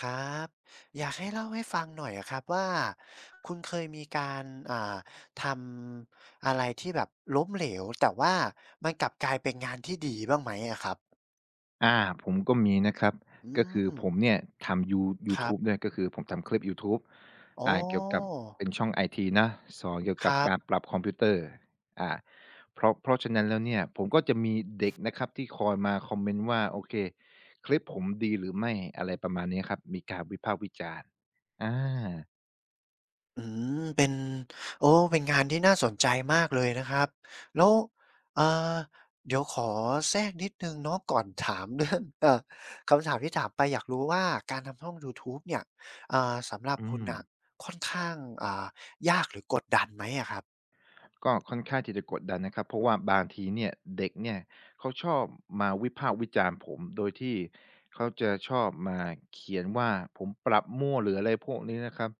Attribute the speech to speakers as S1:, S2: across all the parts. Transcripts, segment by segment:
S1: ครับอยากให้เล่าให้ฟังหน่อยอะครับว่าคุณเคยมีการอ่าทำอะไรที่แบบล้มเหลวแต่ว่ามันกลับกลายเป็นงานที่ดีบ้างไหมอะครับ
S2: อาผมก็มีนะครับ
S1: อื
S2: ก็คือ
S1: ม
S2: ผมเนี่ยทำยูยู
S1: ครั
S2: ทู
S1: บ
S2: บด้วยก็คือผมทำคลิปยูทูบ
S1: อ๋อ
S2: เกี่ยวกับเป็นช่องไอทีนะสอนเกี่ยว
S1: ค
S2: กับ
S1: รับ
S2: การปรับคอมพิวเตอร์อ่าเพราะฉะนั้นแล้วเนี่ยผมก็จะมีเด็กนะครับที่คอยมาคอมเมนต์ว่าโอเคคลิปผมดีหรือไม่อะไรประมาณนี้ครับมีการวิพากษ์วิจารณ์อา
S1: อืมเป็นโอ้เป็นงานที่น่าสนใจมากเลยนะครับแล้วเอ่อเดี๋ยวขอแทรกนิดหนึ่งเนาะก่อนถามเรื่อง คำถามที่ถามไปอยากรู้ว่าการทำช่องยูทูบเนี่ยสำหรับ
S2: อื
S1: คุณ
S2: ม
S1: น่ะค่อนข้างอ่ายากหรือกดดันไหมอะครับ
S2: ก็ค่อนข้างที่จะกดดันนะครับเพราะว่าบางทีเนี่ยเด็กเนี่ยเขาชอบมาวิพากษ์วิจารณ์ผมโดยที่เขาจะชอบมาเขียนว่าผมปรับมั่วหรืออะไรพวกนี้นะครับ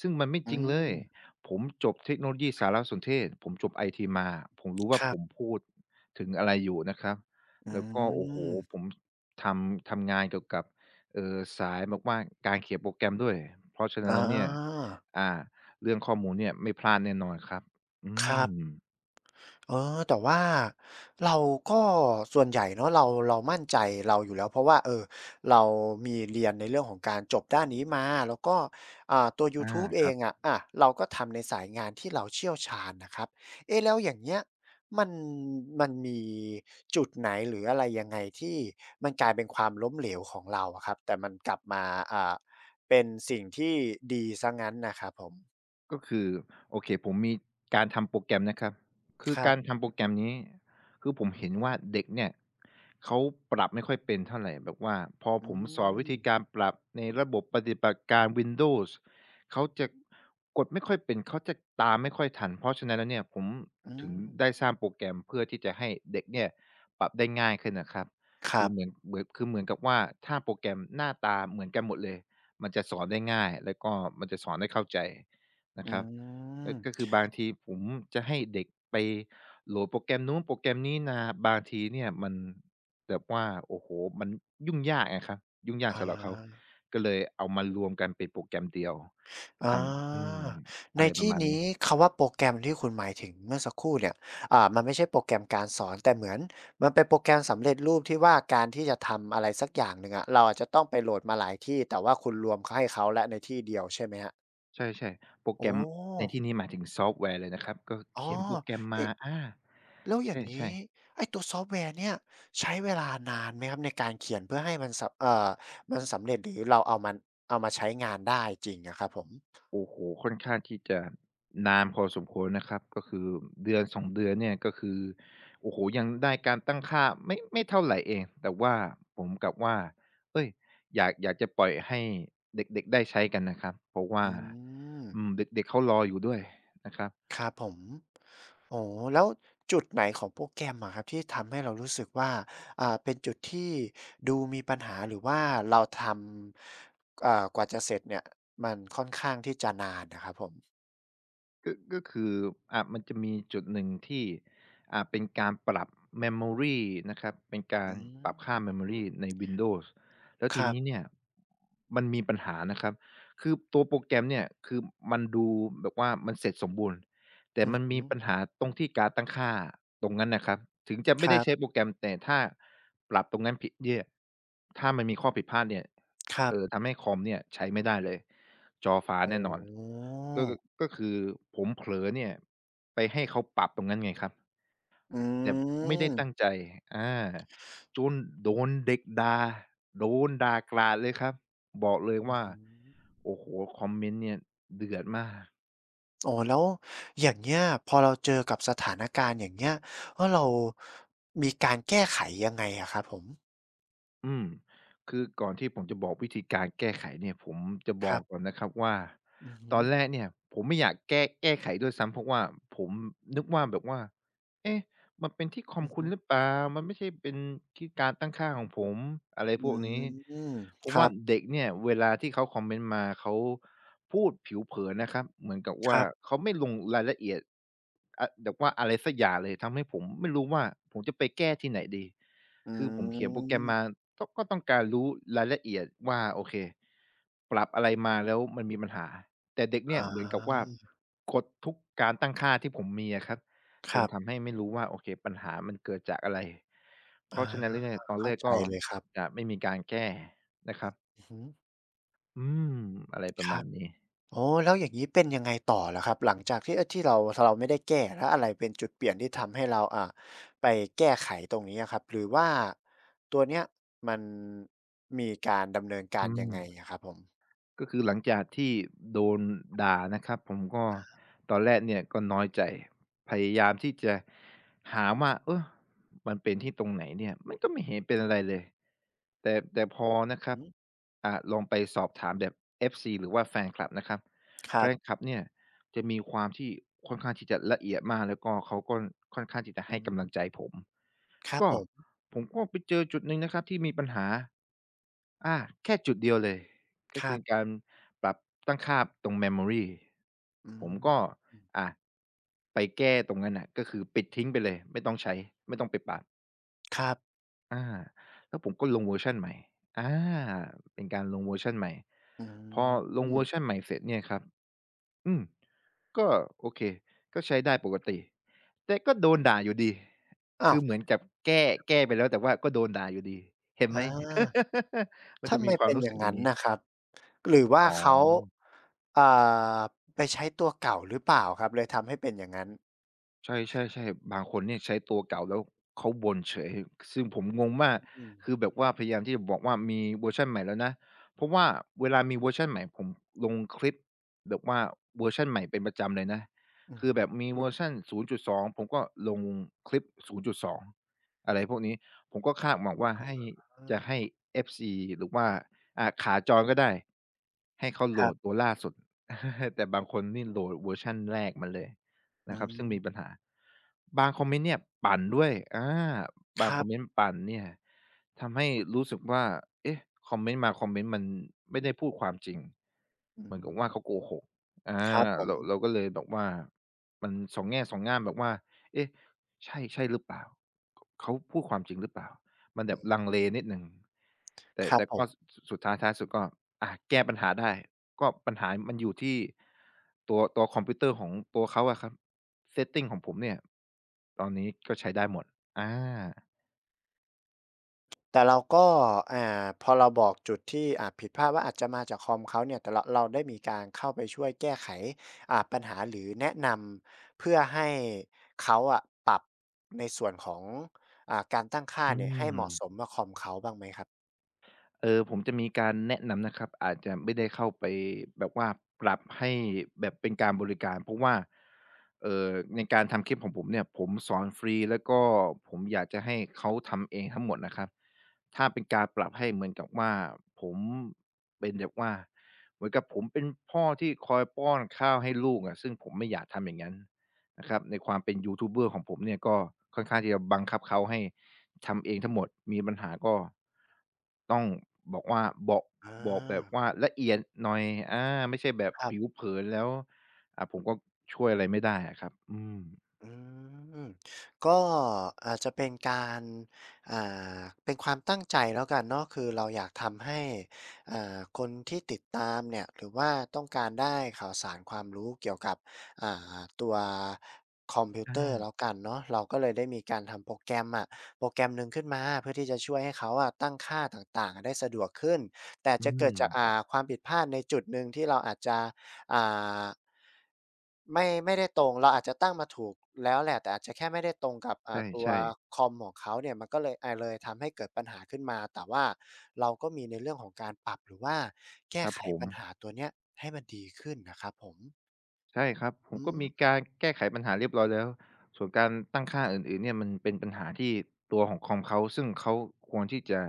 S2: ซึ่งมันไม่
S1: อื
S2: จริงเล
S1: ม
S2: ยผมจบเทคโนโลยีสารสนเทศผมจบไอทีมาผมรู้
S1: ค
S2: ว่า
S1: รั
S2: ผม
S1: บ
S2: พูดถึงอะไรอยู่นะครับ
S1: อื
S2: แล้วก็โอ้โห
S1: ม
S2: ผมทำงานเกี่ยวกับสายแบอกว่าการเขียนโปรแกรมด้วยเพราะฉะนั้น
S1: อา
S2: แล้วเนี่ยอ่าเรื่องข้อมูลเนี่ยไม่พลาดแน่นอนครับ อื
S1: ครั
S2: ม
S1: บ เออแต่ว่าเราก็ส่วนใหญ่เนาะเรามั่นใจเราอยู่แล้วเพราะว่าเออเรามีเรียนในเรื่องของการจบด้านนี้มาแล้วก็ตัวยู
S2: อา
S1: ทูบเอ
S2: ครั
S1: ง
S2: บ
S1: อะเราก็ทำในสายงานที่เราเชี่ยวชาญนะครับเอ๊ะแล้วอย่างเงี้ยมันมันมีจุดไหนหรืออะไรยังไงที่มันกลายเป็นความล้มเหลวของเราอะครับแต่มันกลับมาอ่าเป็นสิ่งที่ดีเสียงั้นน่ะครับผม
S2: ก็คือโอเคผมมีการทำโปรแกรมนะครับคือ
S1: ครั
S2: กา
S1: บ
S2: รทำโปรแกรมนี้คือผม
S1: อือ
S2: เห็น
S1: ฮึ
S2: ว่าเด็กเนี่ยเขาปรับไม่ค่อยเป็นเท่าไรแบบว่าพอ
S1: อื
S2: ผมสอน
S1: ม
S2: วิธีการปรับในระบบปฏิบัติการ Windows เขาจะกดไม่ค่อยเป็นเขาจะตามไม่ค่อยทันเพราะฉะนั้นแล้วเนี่ยผม
S1: อื
S2: ถึง
S1: ม
S2: ได้สร้างโปรแกรมเพื่อที่จะให้เด็กเนี่ยปรับได้ง่ายขึ้นน่ะครับ
S1: ค
S2: คื
S1: รั
S2: อเหมือน
S1: บ
S2: เหมือนคือเหมือนกับว่าถ้าโปรแกรมหน้าตาเหมือนกันหมดเลยมันจะสอนได้ง่ายแล้วก็มันจะสอนได้เข้าใจ นะค
S1: อื
S2: รับก็
S1: ม
S2: ก็คือบางทีผมจะให้เด็กไปโหลดโปรแกรมนู้นโปรแกรมนี้มาบางทีเนี่ยมันแบบว่าโอ้โฮมันยุ่งยากอะครับยุ่งยาก
S1: อ่
S2: สำหรับเขา
S1: า
S2: ก็เลยเอามารวมกันเป็นโปรแกรมเดียวท
S1: อา
S2: ำอืม
S1: ใน
S2: อะไรประ
S1: ที่
S2: มาณนี้
S1: นี้คำว่าโปรแกรมที่คุณหมายถึงเมื่อสักครู่เนี่ยมันไม่ใช่โปรแกรมการสอนแต่เหมือนมันเป็นโปรแกรมสำเร็จรูปที่ว่าการที่จะทำอะไรสักอย่างหนึ่งอะเราอาจจะต้องไปโหลดมาหลายที่แต่ว่าคุณรวมเขาให้เขาแล้วในที่เดียวใช่ไหมครับ
S2: ใช่ๆโปร
S1: โอ้
S2: แกรมในที่นี้หมายถึงซอฟต์แวร์เลยนะครับก็
S1: อ๋อ
S2: เขียนโปรแกรมมา
S1: เอ๊ะ
S2: อา
S1: แล้ว
S2: ใ
S1: อย่างงี้
S2: ช่ๆ
S1: ไอ้ตัวซอฟต์แวร์เนี่ยใช้เวลานานไหมครับในการเขียนเพื่อให้มันสำเร็จหรือเราเอามันเอามาใช้งานได้จริงอะครับผม
S2: โอ้โฮค่อนข้างที่จะนานพอสมควรนะครับก็คือเดือนสองเดือนเนี่ยก็คือโอ้โฮยังได้การตั้งค่าไม่เท่าไรเองแต่ว่าผมกลับว่าเฮ้ยอยากจะปล่อยให้เด็กๆได้ใช้กันนะครับเพราะว่า
S1: อืม
S2: อืมเด็กๆเขารออยู่ด้วยนะครับ
S1: ครับผมโอ้แล้วจุดไหนของโปรแกรมอะครับที่ทำให้เรารู้สึกว่าเป็นจุดที่ดูมีปัญหาหรือว่าเราทำกว่าจะเสร็จเนี่ยมันค่อนข้างที่จะนานอะครับผม
S2: ก็คือมันจะมีจุดหนึ่งที่เป็นการปรับ memory นะครับเป็นกา
S1: อื
S2: รปรับค่า
S1: ม
S2: memory ใน Windows แล้ว
S1: ค
S2: ที
S1: รั
S2: นี้
S1: บ
S2: เนี่ยมันมีปัญหานะครับคือตัวโปรแกรมเนี่ยคือมันดูแบบว่ามันเสร็จสมบูรณ์แต่
S1: อือ
S2: มัน
S1: ฮึ
S2: มีปัญหาตรงที่การดตั้งค่าตรงนั้นน่ะครับถึงจะ
S1: ค
S2: ไม่ได้
S1: รั
S2: ใช้
S1: บ
S2: โปรแกรมแต่ถ้าปรับตรงนั้นผิดเนี่ยถ้ามันมีข้อผิดพลาดเนี่ย
S1: ครับ
S2: ทำให้คอมเนี่ยใช้ไม่ได้เลย จอฟ้า
S1: อ๋
S2: แน่นอน
S1: อ
S2: ก็ก็คือผมเผลอเนี่ยไปให้เขาปรับตรงนั้นไงครับ
S1: อื
S2: แต่ไม่ได้
S1: ม
S2: ตั้งใจอาจนโดนเด็กด่าโดนด่ากราดเลยครับบอกเลย
S1: อือ
S2: ว่า
S1: ฮึ
S2: โอ้โฮคอมเมนต์เนี่ยเดือดมาก
S1: อ๋อแล้วอย่างเงี้ยพอเราเจอกับสถานการณ์อย่างเงี้ยแล้วเรามีการแก้ไขยังไงอะครับผม
S2: อืมคือก่อนที่ผมจะบอกวิธีการแก้ไขเนี่ยผมจะบ
S1: ค
S2: อ
S1: รั
S2: ก
S1: บ
S2: ก่อนนะครับว่า
S1: อือฮึ
S2: ตอนแรกเนี่ยผมไม่อยากแก้ไขด้วยซ้ำเพราะว่าผมนึกว่าแบบว่าเอ๊ะมันเป็นที่คอ
S1: อื
S2: ม
S1: อ
S2: คุ
S1: ฮึ
S2: ณหรือเปล่ามันไม่ใช่เป็นที่การตั้งค่าของผมอะไร
S1: อื
S2: พวกนี้
S1: ม
S2: เพ
S1: ค
S2: ราะ
S1: รั
S2: ว่า
S1: บ
S2: เด็กเนี่ยเวลาที่เขาคอมเมนต์มาเขาพูดผิวเผินนะครับเหมือนกับ
S1: ค
S2: ว่า
S1: รับ
S2: เขาไม่ลงรายละเอียดอะแบบว่าอะไรสักอย่างเลยทำให้ผมไม่รู้ว่าผมจะไปแก้ที่ไหนดี
S1: อื
S2: คือผมเขียนโปรแกรมมา
S1: ม
S2: ก็ต้องการรู้รายละเอียดว่าโอเคปรับอะไรมาแล้วมันมีปัญหาแต่เด็กเนี่
S1: อ๋
S2: ยเหมือนกับว่า
S1: อ
S2: กดทุกการตั้งค่าที่ผมมีอะครับ
S1: ค
S2: จน
S1: รับ
S2: ทำให้ไม่รู้ว่าโอเคปัญหามันเกิดจากอะไรเพ
S1: อา
S2: ราะฉะนั้นแล้วเนี่ยตอนแร
S1: เข้า
S2: ก
S1: ใจ
S2: ก็
S1: เลยครับ
S2: จะไม่มีการแก้นะครับ
S1: อือฮึ
S2: อืมอะไรป
S1: ค
S2: ระมา
S1: รับ
S2: ณนี้
S1: อ๋อแล้วอย่างงี้เป็นยังไงต่อล่ะครับหลังจากที่เอ๊ยที่เราไม่ได้แก้แล้วอะไรเป็นจุดเปลี่ยนที่ทำให้เราไปแก้ไขตรงนี้อะครับหรือว่าตัวเนี้ยมันมีการดำเนินการ
S2: อื
S1: ยังไง
S2: ม
S1: อะครับผม
S2: ก็คือหลังจากที่โดนด่านะครับผมก็ตอนแรกเนี่ยก็น้อยใจพยายามที่จะหาว่าเออมันเป็นที่ตรงไหนเนี่ยมันก็ไม่เห็นเป็นอะไรเลยแต่พอ
S1: อือ
S2: นะครั
S1: ฮึ
S2: บอ่ะลองไปสอบถามแบบ FC หรือว่าแฟนคลับนะครับ
S1: ค
S2: แฟ
S1: รับ
S2: นคลับเนี่ยจะมีความที่ค่อนข้างที่จะละเอียดมากแล้วก็เขาก็ค่อนข้างที่จะ
S1: อื
S2: ให้กำลัง
S1: ม
S2: ใจผม
S1: ครับ
S2: ก็
S1: ผม
S2: ผมก็ไปเจอจุดหนึ่งนะครับที่มีปัญหาอาแค่จุดเดียวเลย ก็
S1: ครั
S2: คือ
S1: บ
S2: การปรับตั้งค่าตรง memory
S1: อื
S2: ผม
S1: ม
S2: ก็อ่าไปแก้ตรงนั้นน่ะก็คือปิดทิ้งไปเลยไม่ต้องใช้ไม่ต้องไปปรับ
S1: ครับ
S2: อาแล้วผมก็ลงเวอร์ชันใหม่อาเป็นการลงเวอร์ชันใหม่
S1: อื
S2: พอลง
S1: ม
S2: เวอร์ชันใหม่เสร็จเนี่ยครับอืมก็โอเคก็ใช้ได้ปกติแต่ก็โดนด่าอยู่ดี
S1: อ้า
S2: คื
S1: ว
S2: อเหมือนกับแก้แก้ไปแล้วแต่ว่าก็โดนด่าอยู่ดีเห็นไหม
S1: อา
S2: มันจะ
S1: ทำไม
S2: มีความ
S1: เป็น
S2: รู้
S1: อ
S2: สึ
S1: ย่า
S2: ก
S1: ง
S2: อย่า
S1: นั้
S2: ง
S1: น
S2: นี้
S1: น่ะครับหรือว่า
S2: อ๋อ
S1: เขาอ่าไปใช้ตัวเก่าหรือเปล่าครับเลยทำให้เป็นอย่างงั้น
S2: ใช่ๆๆบางคนเนี่ยใช้ตัวเก่าแล้วเขาบ่นเฉยซึ่งผมงงมาก
S1: อืม
S2: คือแบบว่าพยายามที่จะบอกว่ามีเวอร์ชันใหม่แล้วนะเพราะว่าเวลามีเวอร์ชันใหม่ผมลงคลิปแบบว่าเวอร์ชันใหม่เป็นประจำเลยนะ
S1: อื
S2: คือแบ
S1: ม
S2: บมีเวอร์ชัน0.2 ผมก็ลงคลิป0.2องอะไรพวกนี้ผมก็คาดหวังว่าให้
S1: อ
S2: จะ
S1: า
S2: ให้เอฟซีหรือว่าขาจรก็ได้ให้เขา
S1: ค
S2: โหล
S1: รั
S2: ด
S1: บ
S2: ตัวล่าสุด แต่บางคนนี่โหลดเวอร์ชันแรกมาเลย
S1: อื
S2: นะครับซึ่งมีปั
S1: ม
S2: ญหาบางคอมเมนต์เนี่ยปั่นด้วย
S1: ค
S2: บาง
S1: รั
S2: คอมเมน
S1: บ
S2: ต์ปั่นเนี่ยทำให้รู้สึกว่าเอ๊ะคอมเมนต์บางคอมเมนต์มันไม่ได้พูดความจริง
S1: อื
S2: เหมือนกับว่าเขา
S1: ม
S2: โกหกอา
S1: ครับผม
S2: เราก็เลยแบบว่ามันสองแง่สองง่ามแบบว่าเอ๊ะใช่ใช่หรือเปล่าเขาพูดความจริงหรือเปล่ามันแบ
S1: อื
S2: บ
S1: ม
S2: ลังเลนิดหนึ่ง แต่
S1: ครับ
S2: แต่
S1: ผ
S2: ก็ส
S1: ม
S2: สุดท้ายท้ายสุดก็แก้ปัญหาได้ก็ปัญหา มันอยู่ที่ตัวคอมพิวเตอร์ของตัวเขาอะครับ setting ของผมเนี่ยตอนนี้ก็ใช้ได้หมดอา
S1: แต่เราก็อ่าพอเราบอกจุดที่ผิดพลาดว่าอาจจะมาจากคอมเขาเนี่ยแต่เราได้มีการเข้าไปช่วยแก้ไขปัญหาหรือแนะนำเพื่อให้เขาอะปรับในส่วนของการตั้งค่า
S2: อื
S1: เนี่ยให้
S2: ม
S1: เหมาะสมกับคอมเขาบ้างไหมครับ
S2: เออผมจะมีการแนะนำนะครับอาจจะไม่ได้เข้าไปแบบว่าปรับให้แบบเป็นการบริการเพราะว่าเออในการทำคลิปของผมเนี่ยผมสอนฟรีแล้วก็ผมอยากจะให้เขาทำเองทั้งหมดนะครับถ้าเป็นการปรับให้เหมือนกับว่าผมเป็นแบบว่าเหมือนกับผมเป็นพ่อที่คอยป้อนข้าวให้ลูกอะซึ่งผมไม่อยากทำอย่างนั้นนะครับในความเป็นยูทูบเบอร์ของผมเนี่ยก็ค่อนข้างที่จะบังคับเขาให้ ทำเองทั้งหมดมีปัญหาก็ต้องบอกว่าบอก
S1: อา
S2: บอกแบบว่าละเอียดหน่อยอาไม่ใช่แบบ
S1: ครั
S2: ผิว
S1: บ
S2: เผินแล้วผมก็ช่วยอะไรไม่ได้อะครับอืม
S1: อืมก็อาจจะเป็นการอ่าเป็นความตั้งใจแล้วกันเนาะคือเราอยากทำให้คนที่ติดตามเนี่ยหรือว่าต้องการได้ข่าวสารความรู้เกี่ยวกับอ่ตัวคอมพิวเตอร์แล้ว
S2: อา
S1: กันเนาะเราก็เลยได้มีการทำโปรแกรมอะโปรแกรมหนึ่งขึ้นมาเพื่อที่จะช่วยให้เขาอะตั้งค่าต่างๆอะได้สะดวกขึ้นแต่
S2: อื
S1: จะเกิดจา
S2: ม
S1: กความผิดพลาดในจุดหนึ่งที่เราอาจจะ อ่าไม่ได้ตรงเราอาจจะตั้งมาถูกแล้วแหละแต่อาจจะแค่ไม่ได้ตรงกับ
S2: ใ
S1: ตัว
S2: ช่ๆ
S1: คอมของเขาเนี่ยมันก็เลยเลยทำให้เกิดปัญหาขึ้นมาแต่ว่าเราก็มีในเรื่องของการปรับหรือว่า
S2: ค
S1: แก้
S2: รับ
S1: ไข
S2: ผม
S1: ปัญหาตัวเนี้ยให้มันดีขึ้นนะครับผม
S2: ใช่ครับผม
S1: อื
S2: ก็
S1: ม
S2: มีการแก้ไขปัญหาเรียบร้อยแล้วส่วนการตั้งค่าอื่นๆเนี่ยมันเป็นปัญหาที่ตัวของคอมเขาซึ่งเขาควรที่จะ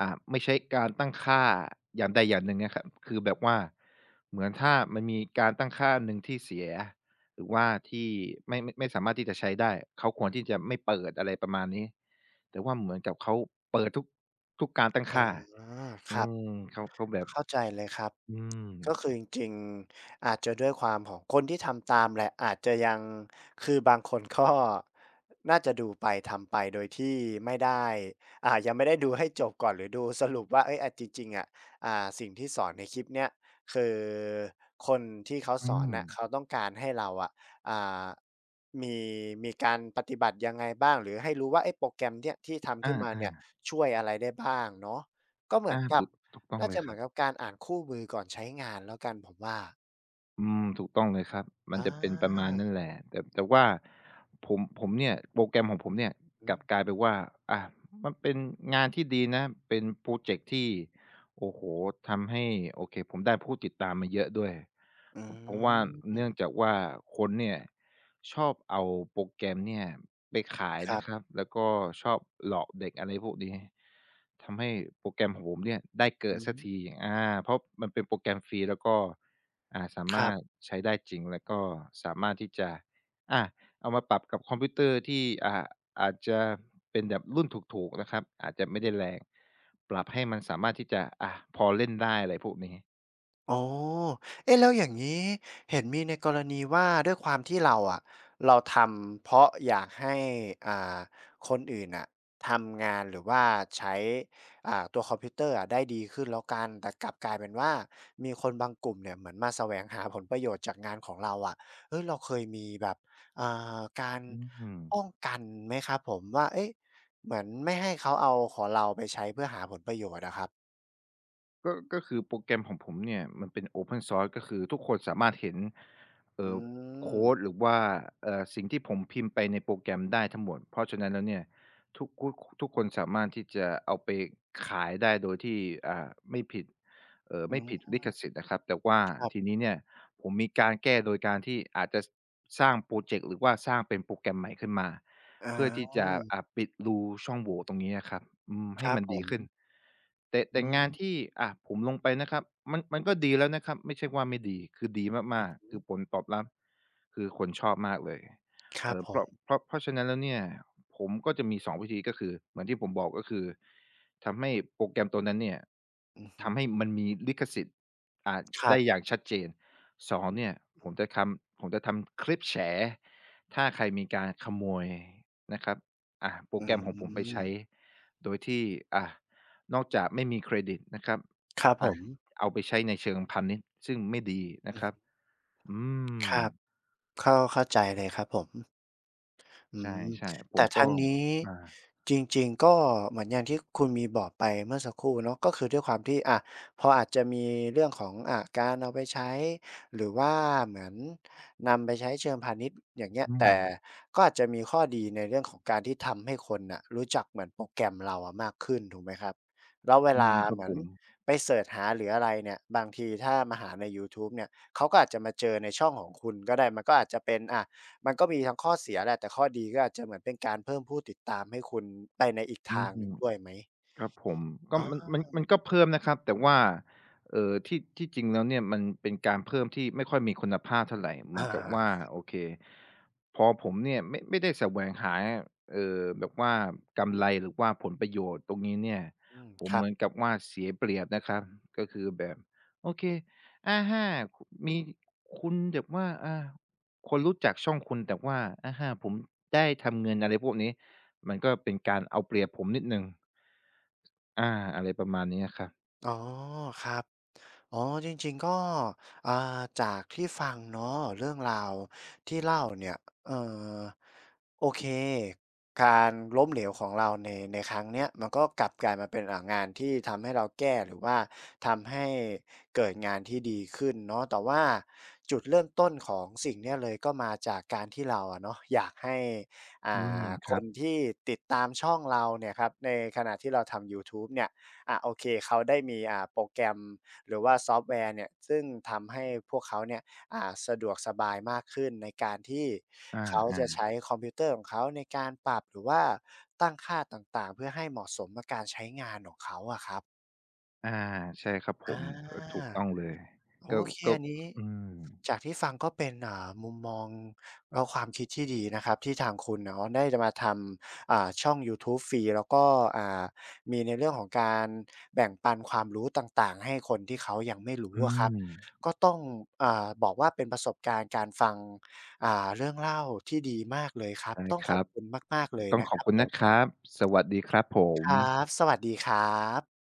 S2: ไม่ใช้การตั้งค่าอย่างใดอย่างหนึ่งนะครับคือแบบว่าเหมือนถ้ามันมีการตั้งค่าหนึ่งที่เสียหรือว่าที่ไม่สามารถที่จะใช้ได้เขาควรที่จะไม่เปิดอะไรประมาณนี้แต่ว่าเหมือนกับเขาเปิดทุกการตั้ง
S1: อ๋อ
S2: ค่า
S1: ค
S2: อื
S1: รับ
S2: มเขาแบบ
S1: เข้าใจเลยครับ
S2: อืม
S1: ก็คือจริงๆอาจจะด้วยความของคนที่ทำตามแหละอาจจะยังคือบางคนก็ น่าจะดูไปทำไปโดยที่ไม่ได้ยังไม่ได้ดูให้จบก่อนหรือดูสรุปว่าเฮ้ยอาจริงๆอะสิ่งที่สอนในคลิปเนี้ยคือคนที่เขา
S2: อื
S1: สอน
S2: ม
S1: น่ะเขาต้องการให้เราอะอ่ามีมีการปฏิบัติยังไงบ้างหรือให้รู้ว่าไอ้โปรแกรมเนี่ยที่ทำขึ้นมา
S2: อา
S1: เนี่ย
S2: ๆ
S1: ช่วยอะไรได้บ้างเนาะก็เหมือ
S2: อา
S1: นกั
S2: ถู
S1: บ
S2: กถูกต้อง
S1: น่า
S2: เล
S1: จะ
S2: ย
S1: เห
S2: ค
S1: มื
S2: รั
S1: อนกับการอ่านคู่มือก่อนใช้งานแล้วกันผมว่า
S2: อืมถูกต้องเลยครับ มั
S1: อ
S2: นจะเป็นประมาณ
S1: า
S2: นั้นแหละแต่ว่าผมเนี่ยโปรแกรมของผมเนี่ยก
S1: อือ
S2: ลับกลายเป็นว่าอามันเป็นงานที่ดีนะเป็นพรอเจกต์ที่โอ้โฮทำให้โอเคผมได้ผู้ติดตามมาเยอะด้วย
S1: อื
S2: พเพราะว่า
S1: ม
S2: เนื่องจากว่าคนเนี่ยชอบเอาโปรแกรมเนี่ยไปขาย
S1: ครั
S2: นะ
S1: บ
S2: ครับแล้วก็ชอบหลอกเด็กอะไรพวกนี้ทำให้โปรแกรมของผมเนี่ยได้เกิ
S1: อื
S2: ด
S1: อ
S2: สั
S1: ฮึ
S2: กทีอาเพราะมันเป็นโปรแกรมฟรีแล้วก็ สา
S1: ค
S2: มา
S1: รั
S2: รถ
S1: บ
S2: ใช้ได้จริงแล้วก็สามารถที่จะอาเอามาปรับกับคอมพิวเตอร์ที่อาจจะเป็นแบบรุ่นถูกๆนะครับอาจจะไม่ได้แรงปรับให้มันสามารถที่จะพอเล่นได้อะไรพวกนี้
S1: อ๋อเอ๊ะแล้วอย่างนี้เห็นมีในกรณีว่าด้วยความที่เราอะเราทำเพราะอยากให้อ่าคนอื่นน่ะทำงานหรือว่าใช้ตัวคอมพิวเตอร์อะได้ดีขึ้นแล้วกันแต่กลับกลายเป็นว่ามีคนบางกลุ่มเนี่ยเหมือนมาแสวงหาผลประโยชน์จากงานของเราอะเฮ้ยเราเคยมีแบบอ่าการ
S2: อืม
S1: ป้องกันไหมครับผมว่าเอ๊ะเหมือนไม่ให้เขาเอาของเราไปใช้เพื่อหาผลประโยชน์อะครับ
S2: ก็ก็คือโปรแกรมของผมเนี่ยมันเป็น Open Source ก็คือทุกคนสามารถเห็นเอ่
S1: อื
S2: อโค
S1: ม
S2: ดหรือว่าสิ่งที่ผมพิมพ์ไปในโปรแกรมได้ทั้งหมดเพราะฉะนั้นแล้วเนี่ยทุกคุทุกคนสามารถที่จะเอาไปขายได้โดยที่ไม่ผิดไม่
S1: อื
S2: ผิด
S1: ม
S2: ลิขสิทธิ์นะครับแต่ว่า
S1: ครั
S2: ที
S1: บ
S2: นี้เนี่ยผมมีการแก้โดยการที่อาจจะสร้างพรอเจกต์หรือว่าสร้างเป็นโปรแกรมใหม่ขึ้นมา
S1: อ
S2: เพื่อที่จะ
S1: า
S2: ปิดรูช่องโหว่ตรงนี้อะครับอืม
S1: ค
S2: ให้
S1: รับ
S2: มัน
S1: ผ
S2: ดี
S1: ม
S2: ขึ้นแต่
S1: อืม
S2: งานที่ผมลงไปนะครับมันก็ดีแล้วนะครับไม่ใช่ว่าไม่ดีคือดีม
S1: อ
S2: าก
S1: ือ
S2: ๆคือผลตอบรับคือคนชอบมากเลย
S1: ครับผ
S2: เพราะ
S1: ม
S2: เพราะเพราะฉะนั้นแล้วเนี่ยผมก็จะมี2วิธีก็คือเหมือนที่ผมบอกก็คือทำให้โปรแกรมตัวนั้นเนี่ย
S1: อือฮึ
S2: ทำให้มันมีลิขสิทธิ์อ่า
S1: ครั
S2: ได้
S1: บ
S2: อย่างชัดเจน สองเนี่ยผมจะทำคลิปแฉถ้าใครมีการขโมยนะครับอ่ะโปร
S1: อื
S2: แกรมของผมไปใช้
S1: ม
S2: โดยที่อ่ะนอกจากไม่มีเครดิตนะครับ
S1: ครับผ
S2: อ่ะ
S1: ม
S2: เอาไปใช้ในเชิงพาณิชย์ซึ่งไม่ดีนะ
S1: อื
S2: ครับ
S1: ม
S2: อืม
S1: ครับเข้าใจเลยครับผม อื
S2: ใ
S1: ม
S2: ช่ๆผ
S1: แต่
S2: มก็
S1: ทั้งนี้
S2: อ่า
S1: จริงๆก็เหมือนอย่างที่คุณมีบอกไปเมื่อสักครู่เนาะก็คือด้วยความที่อะพออาจจะมีเรื่องของการเอาไปใช้หรือว่าเหมือนนำไปใช้เชิงพาณิชย์อย่างเงี้ย
S2: อืม
S1: แต่ก็อาจจะมีข้อดีในเรื่องของการที่ทำให้คนน่ะรู้จักเหมือนโปรแกรมเราอะมากขึ้นถูกไหมครับแล้วเว
S2: อื
S1: ลา
S2: มครั
S1: เห
S2: บ
S1: มือ
S2: ผ
S1: น
S2: ม
S1: ไปเซิร์ชหาหรืออะไรเนี่ยบางทีถ้ามาหาในยูทูบเนี่ยเขาก็อาจจะมาเจอในช่องของคุณก็ได้มันก็อาจจะเป็นมันก็มีทั้งข้อเสียแหละแต่ข้อดีก็อาจจะเหมือนเป็นการเพิ่มผู้ติดตามให้คุณไปในอีก
S2: อื
S1: ทา
S2: ม
S1: งหนึ่งด้วยไหม
S2: ครับผมก็
S1: อา
S2: มันก็เพิ่มนะครับแต่ว่าที่จริงแล้วเนี่ยมันเป็นการเพิ่มที่ไม่ค่อยมีคุณภาพเท่าไรเหมือ
S1: อา
S2: นกับว่าโอเคพอผมเนี่ยไม่ได้แสวงหาแบบว่ากำไรหรือว่าผลประโยชน์ตรงนี้เนี่ย
S1: อืม
S2: ผ
S1: ค
S2: ม
S1: รั
S2: เห
S1: บ
S2: มือนกับว่าเสียเปรียบนะครับก็คือแบบโอเคอาห้าคุมีคุณแบบว่าคนรู้จักช่องคุณแต่ว่าอาห้าผมได้ทำเงินอะไรพวกนี้มันก็เป็นการเอาเปรียบผมนิดหนึ่ง อาอะไรประมาณนี้อะครับ
S1: อ๋อครับอ๋อจริงๆก็อ่าจากที่ฟังเนาะเรื่องราวที่เล่าเนี่ยเออโอเคการล้มเหลวของเราในครั้งเนี้ยมันก็กลับกลายมาเป็นอ่างานที่ทำให้เราแก้หรือว่าทำให้เกิดงานที่ดีขึ้นเนาะแต่ว่าจุดเริ่มต้นของสิ่งเนี้ยเลยก็มาจากการที่เราอะเนาะอยากให้อ่
S2: อืมค
S1: ค
S2: รั
S1: น
S2: บ
S1: ที่ติดตามช่องเราเนี่ยครับในขณะที่เราทำยูทูบเนี่ย อ่ะโอเคเขาได้มีโปรแกรมหรือว่าซอฟต์แวร์เนี่ยซึ่งทำให้พวกเขาเนี่ยสะดวกสบายมากขึ้นในการที่
S2: อ
S1: เขาจะ
S2: า
S1: ใช้คอมพิวเตอร์ของเขาในการปรับหรือว่าตั้งค่าต่างๆเพื่อให้เหมาะสมกับการใช้งานของเขาอะครับ
S2: ๆอาใช่ครับผ
S1: อา
S2: มก็ถูกต้องเลย
S1: โอ
S2: ก็
S1: เค
S2: ก็
S1: อันนี้
S2: อืม
S1: จากที่ฟังก็เป็นมุมมองแล้วความคิดที่ดีนะครับที่ทางคุณเนาะได้จะมาทำช่องยูทูบฟรีแล้วก็อ่ามีในเรื่องของการแบ่งปันความรู้ต่างๆให้คนที่เขายังไม่รู้
S2: อื
S1: อะครับ
S2: ม
S1: ก็ต้องบอกว่าเป็นประสบการณ์การฟังเรื่องเล่าที่ดีมากเลยครับ
S2: ได้
S1: ต้อง
S2: ค
S1: ขอ
S2: รั
S1: บ
S2: บ
S1: คุณมากๆเลย
S2: ต้อง
S1: นะ
S2: ข
S1: ค
S2: อบ
S1: รับ
S2: คุณ
S1: ผ
S2: นะค
S1: ม
S2: รับ สวัสดีครับผ
S1: ค
S2: ม
S1: รับสวัสดีครับ